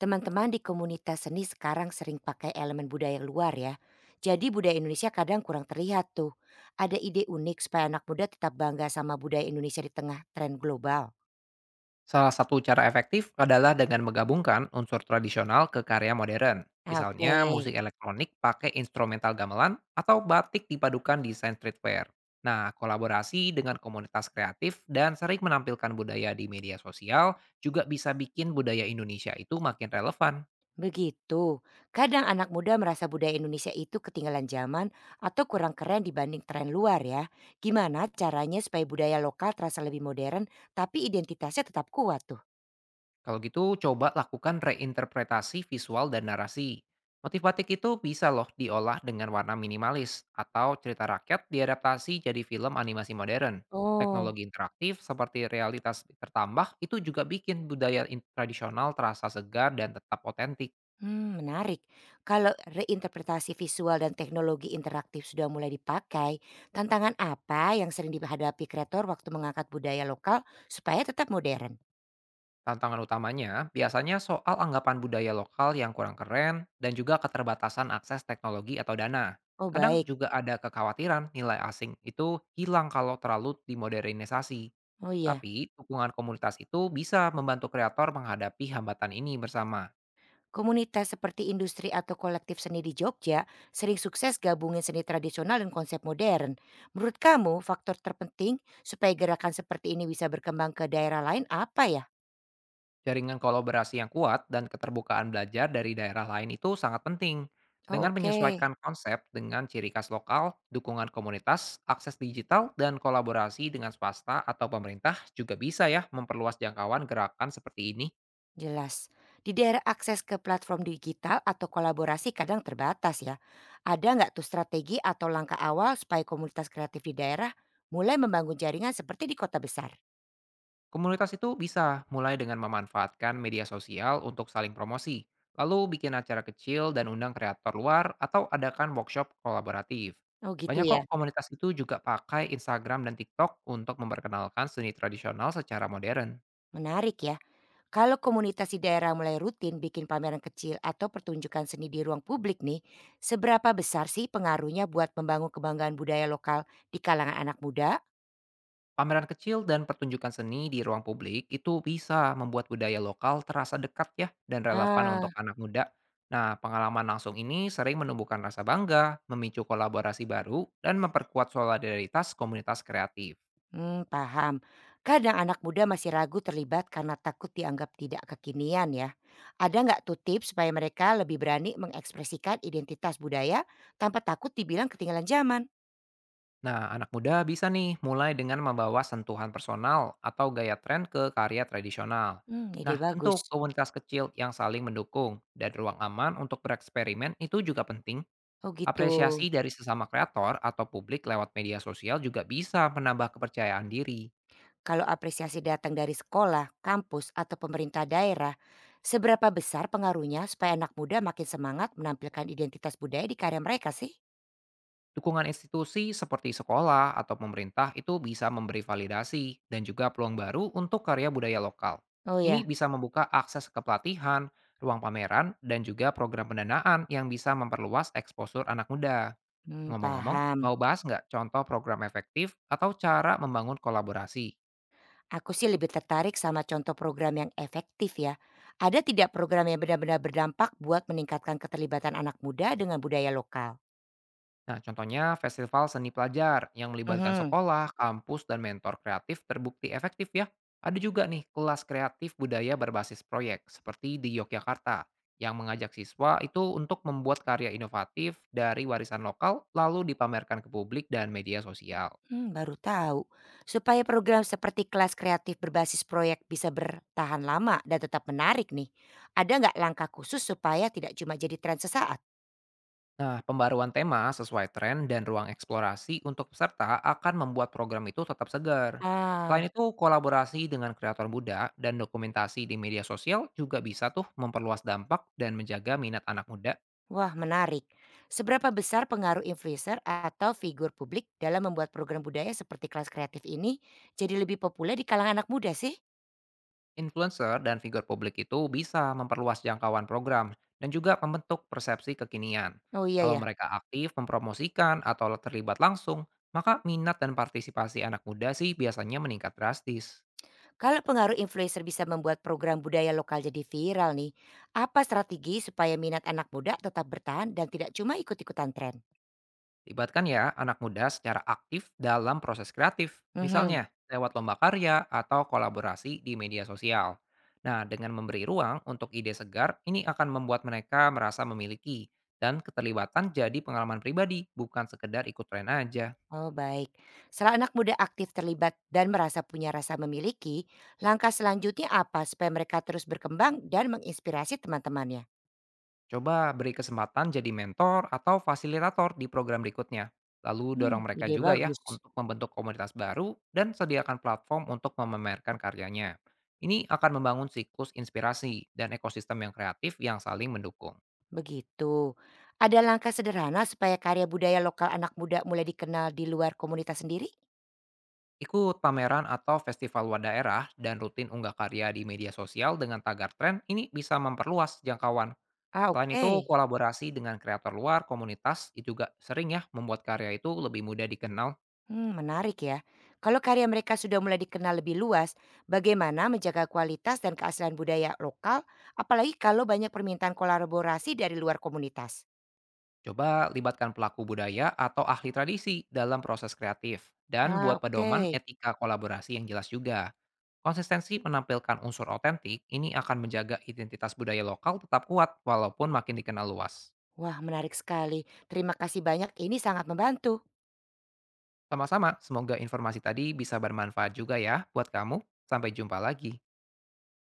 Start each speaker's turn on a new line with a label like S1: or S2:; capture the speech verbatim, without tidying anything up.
S1: Teman-teman di komunitas seni sekarang sering pakai elemen budaya luar ya. Jadi budaya Indonesia kadang kurang terlihat tuh. Ada ide unik supaya anak muda tetap bangga sama budaya Indonesia di tengah tren global.
S2: Salah satu cara efektif adalah dengan menggabungkan unsur tradisional ke karya modern.
S1: Ah,
S2: Misalnya, musik
S1: Oke,
S2: elektronik pakai instrumental gamelan atau batik dipadukan desain streetwear. Nah, kolaborasi dengan komunitas kreatif dan sering menampilkan budaya di media sosial juga bisa bikin budaya Indonesia itu makin relevan.
S1: begitu. Kadang anak muda merasa budaya Indonesia itu ketinggalan zaman atau kurang keren dibanding tren luar ya. Gimana caranya supaya budaya lokal terasa lebih modern tapi identitasnya tetap kuat tuh?
S2: Kalau gitu, coba lakukan reinterpretasi visual dan narasi. Motif batik itu bisa loh diolah dengan warna minimalis, atau cerita rakyat diadaptasi jadi film animasi modern.
S1: Oh.
S2: Teknologi interaktif seperti realitas tertambah itu juga bikin budaya in- tradisional terasa segar dan tetap otentik.
S1: Hmm, menarik. Kalau reinterpretasi visual dan teknologi interaktif sudah mulai dipakai, tantangan apa yang sering dihadapi kreator waktu mengangkat budaya lokal supaya tetap modern?
S2: Tantangan utamanya biasanya soal anggapan budaya lokal yang kurang keren, dan juga keterbatasan akses teknologi atau dana.
S1: Oh
S2: Kadang
S1: baik,
S2: juga ada kekhawatiran nilai asing itu hilang kalau terlalu dimodernisasi.
S1: oh iya.
S2: Tapi, dukungan komunitas itu bisa membantu kreator menghadapi hambatan ini bersama.
S1: Komunitas seperti industri atau kolektif seni di Jogja sering sukses gabungin seni tradisional dan konsep modern. Menurut kamu, faktor terpenting supaya gerakan seperti ini bisa berkembang ke daerah lain apa ya?
S2: Jaringan kolaborasi yang kuat dan keterbukaan belajar dari daerah lain itu sangat penting.
S1: Oh
S2: Dengan
S1: oke.
S2: menyesuaikan konsep dengan ciri khas lokal, dukungan komunitas, akses digital, dan kolaborasi dengan swasta atau pemerintah juga bisa ya memperluas jangkauan gerakan seperti ini.
S1: Jelas. Di daerah akses ke platform digital atau kolaborasi kadang terbatas ya. Ada nggak tuh strategi atau langkah awal supaya komunitas kreatif di daerah mulai membangun jaringan seperti di kota besar?
S2: Komunitas itu bisa mulai dengan memanfaatkan media sosial untuk saling promosi, lalu bikin acara kecil dan undang kreator luar atau adakan workshop kolaboratif.
S1: Oh gitu
S2: Banyak
S1: ya.
S2: kok komunitas itu juga pakai Instagram dan TikTok untuk memperkenalkan seni tradisional secara modern.
S1: Menarik ya. Kalau komunitas di daerah mulai rutin bikin pameran kecil atau pertunjukan seni di ruang publik nih, seberapa besar sih pengaruhnya buat membangun kebanggaan budaya lokal di kalangan anak muda?
S2: Pameran kecil dan pertunjukan seni di ruang publik itu bisa membuat budaya lokal terasa dekat ya, dan relevan
S1: Ah,
S2: untuk anak muda. Nah, pengalaman langsung ini sering menumbuhkan rasa bangga, memicu kolaborasi baru, dan memperkuat solidaritas komunitas kreatif.
S1: Mmm, paham. Kadang anak muda masih ragu terlibat karena takut dianggap tidak kekinian ya. Ada nggak tuh tips supaya mereka lebih berani mengekspresikan identitas budaya tanpa takut dibilang ketinggalan zaman?
S2: Nah, anak muda bisa nih mulai dengan membawa sentuhan personal atau gaya tren ke karya tradisional.
S1: Mmm, ide
S2: Nah, bentuk
S1: bagus.
S2: komunitas kecil yang saling mendukung dan ruang aman untuk bereksperimen itu juga penting.
S1: Oh gitu.
S2: Apresiasi dari sesama kreator atau publik lewat media sosial juga bisa menambah kepercayaan diri.
S1: Kalau apresiasi datang dari sekolah, kampus, atau pemerintah daerah, seberapa besar pengaruhnya supaya anak muda makin semangat menampilkan identitas budaya di karya mereka sih?
S2: Dukungan institusi seperti sekolah atau pemerintah itu bisa memberi validasi dan juga peluang baru untuk karya budaya lokal.
S1: Oh
S2: Ini
S1: ya,
S2: bisa membuka akses ke pelatihan, ruang pameran, dan juga program pendanaan yang bisa memperluas eksposur anak muda.
S1: mmm,
S2: Ngomong-ngomong,
S1: paham.
S2: mau bahas nggak contoh program efektif atau cara membangun kolaborasi?
S1: Aku sih lebih tertarik sama contoh program yang efektif ya. Ada tidak program yang benar-benar berdampak buat meningkatkan keterlibatan anak muda dengan budaya lokal?
S2: Nah, contohnya festival seni pelajar yang melibatkan
S1: Mhm.
S2: sekolah, kampus, dan mentor kreatif terbukti efektif ya. Ada juga nih kelas kreatif budaya berbasis proyek seperti di Yogyakarta, yang mengajak siswa itu untuk membuat karya inovatif dari warisan lokal lalu dipamerkan ke publik dan media sosial.
S1: Hmm, baru tahu. Supaya program seperti kelas kreatif berbasis proyek bisa bertahan lama dan tetap menarik nih. Ada nggak langkah khusus supaya tidak cuma jadi tren sesaat?
S2: Nah, pembaruan tema sesuai tren dan ruang eksplorasi untuk peserta akan membuat program itu tetap segar.
S1: Ah,
S2: Selain itu, kolaborasi dengan kreator muda dan dokumentasi di media sosial juga bisa tuh memperluas dampak dan menjaga minat anak muda.
S1: wah menarik. Seberapa besar pengaruh influencer atau figur publik dalam membuat program budaya seperti kelas kreatif ini jadi lebih populer di kalangan anak muda sih?
S2: Influencer dan figur publik itu bisa memperluas jangkauan program dan juga membentuk persepsi kekinian.
S1: Oh iya
S2: Kalau
S1: ya,
S2: mereka aktif mempromosikan atau terlibat langsung, maka minat dan partisipasi anak muda sih biasanya meningkat drastis.
S1: kalau pengaruh influencer bisa membuat program budaya lokal jadi viral nih, apa strategi supaya minat anak muda tetap bertahan dan tidak cuma ikut-ikutan tren?
S2: Libatkan ya anak muda secara aktif dalam proses kreatif,
S1: Mhm.
S2: misalnya lewat lomba karya atau kolaborasi di media sosial. Nah, dengan memberi ruang untuk ide segar, ini akan membuat mereka merasa memiliki, dan keterlibatan jadi pengalaman pribadi, bukan sekedar ikut tren aja.
S1: Oh baik, setelah anak muda aktif terlibat dan merasa punya rasa memiliki, langkah selanjutnya apa supaya mereka terus berkembang dan menginspirasi teman-temannya?
S2: Coba beri kesempatan jadi mentor atau fasilitator di program berikutnya. Lalu
S1: Hmm,
S2: dorong mereka
S1: ide
S2: juga ya
S1: bagus.
S2: untuk membentuk komunitas baru dan sediakan platform untuk memamerkan karyanya. Ini akan membangun siklus inspirasi dan ekosistem yang kreatif yang saling mendukung.
S1: Begitu. Ada langkah sederhana supaya karya budaya lokal anak muda mulai dikenal di luar komunitas sendiri?
S2: Ikut pameran atau festival wa daerah dan rutin unggah karya di media sosial dengan tagar tren ini bisa memperluas jangkauan.
S1: Ah
S2: Selain
S1: oke.
S2: itu, kolaborasi dengan kreator luar komunitas itu juga sering ya membuat karya itu lebih mudah dikenal.
S1: Hmm, menarik ya. Kalau karya mereka sudah mulai dikenal lebih luas, bagaimana menjaga kualitas dan keaslian budaya lokal, apalagi kalau banyak permintaan kolaborasi dari luar komunitas?
S2: Coba libatkan pelaku budaya atau ahli tradisi dalam proses kreatif dan
S1: Ah,
S2: buat pedoman
S1: oke.
S2: etika kolaborasi yang jelas juga. Konsistensi menampilkan unsur otentik ini akan menjaga identitas budaya lokal tetap kuat walaupun makin dikenal luas.
S1: Wah, menarik sekali. Terima kasih banyak. Ini sangat membantu.
S2: Sama-sama, semoga informasi tadi bisa bermanfaat juga ya buat kamu. Sampai jumpa lagi.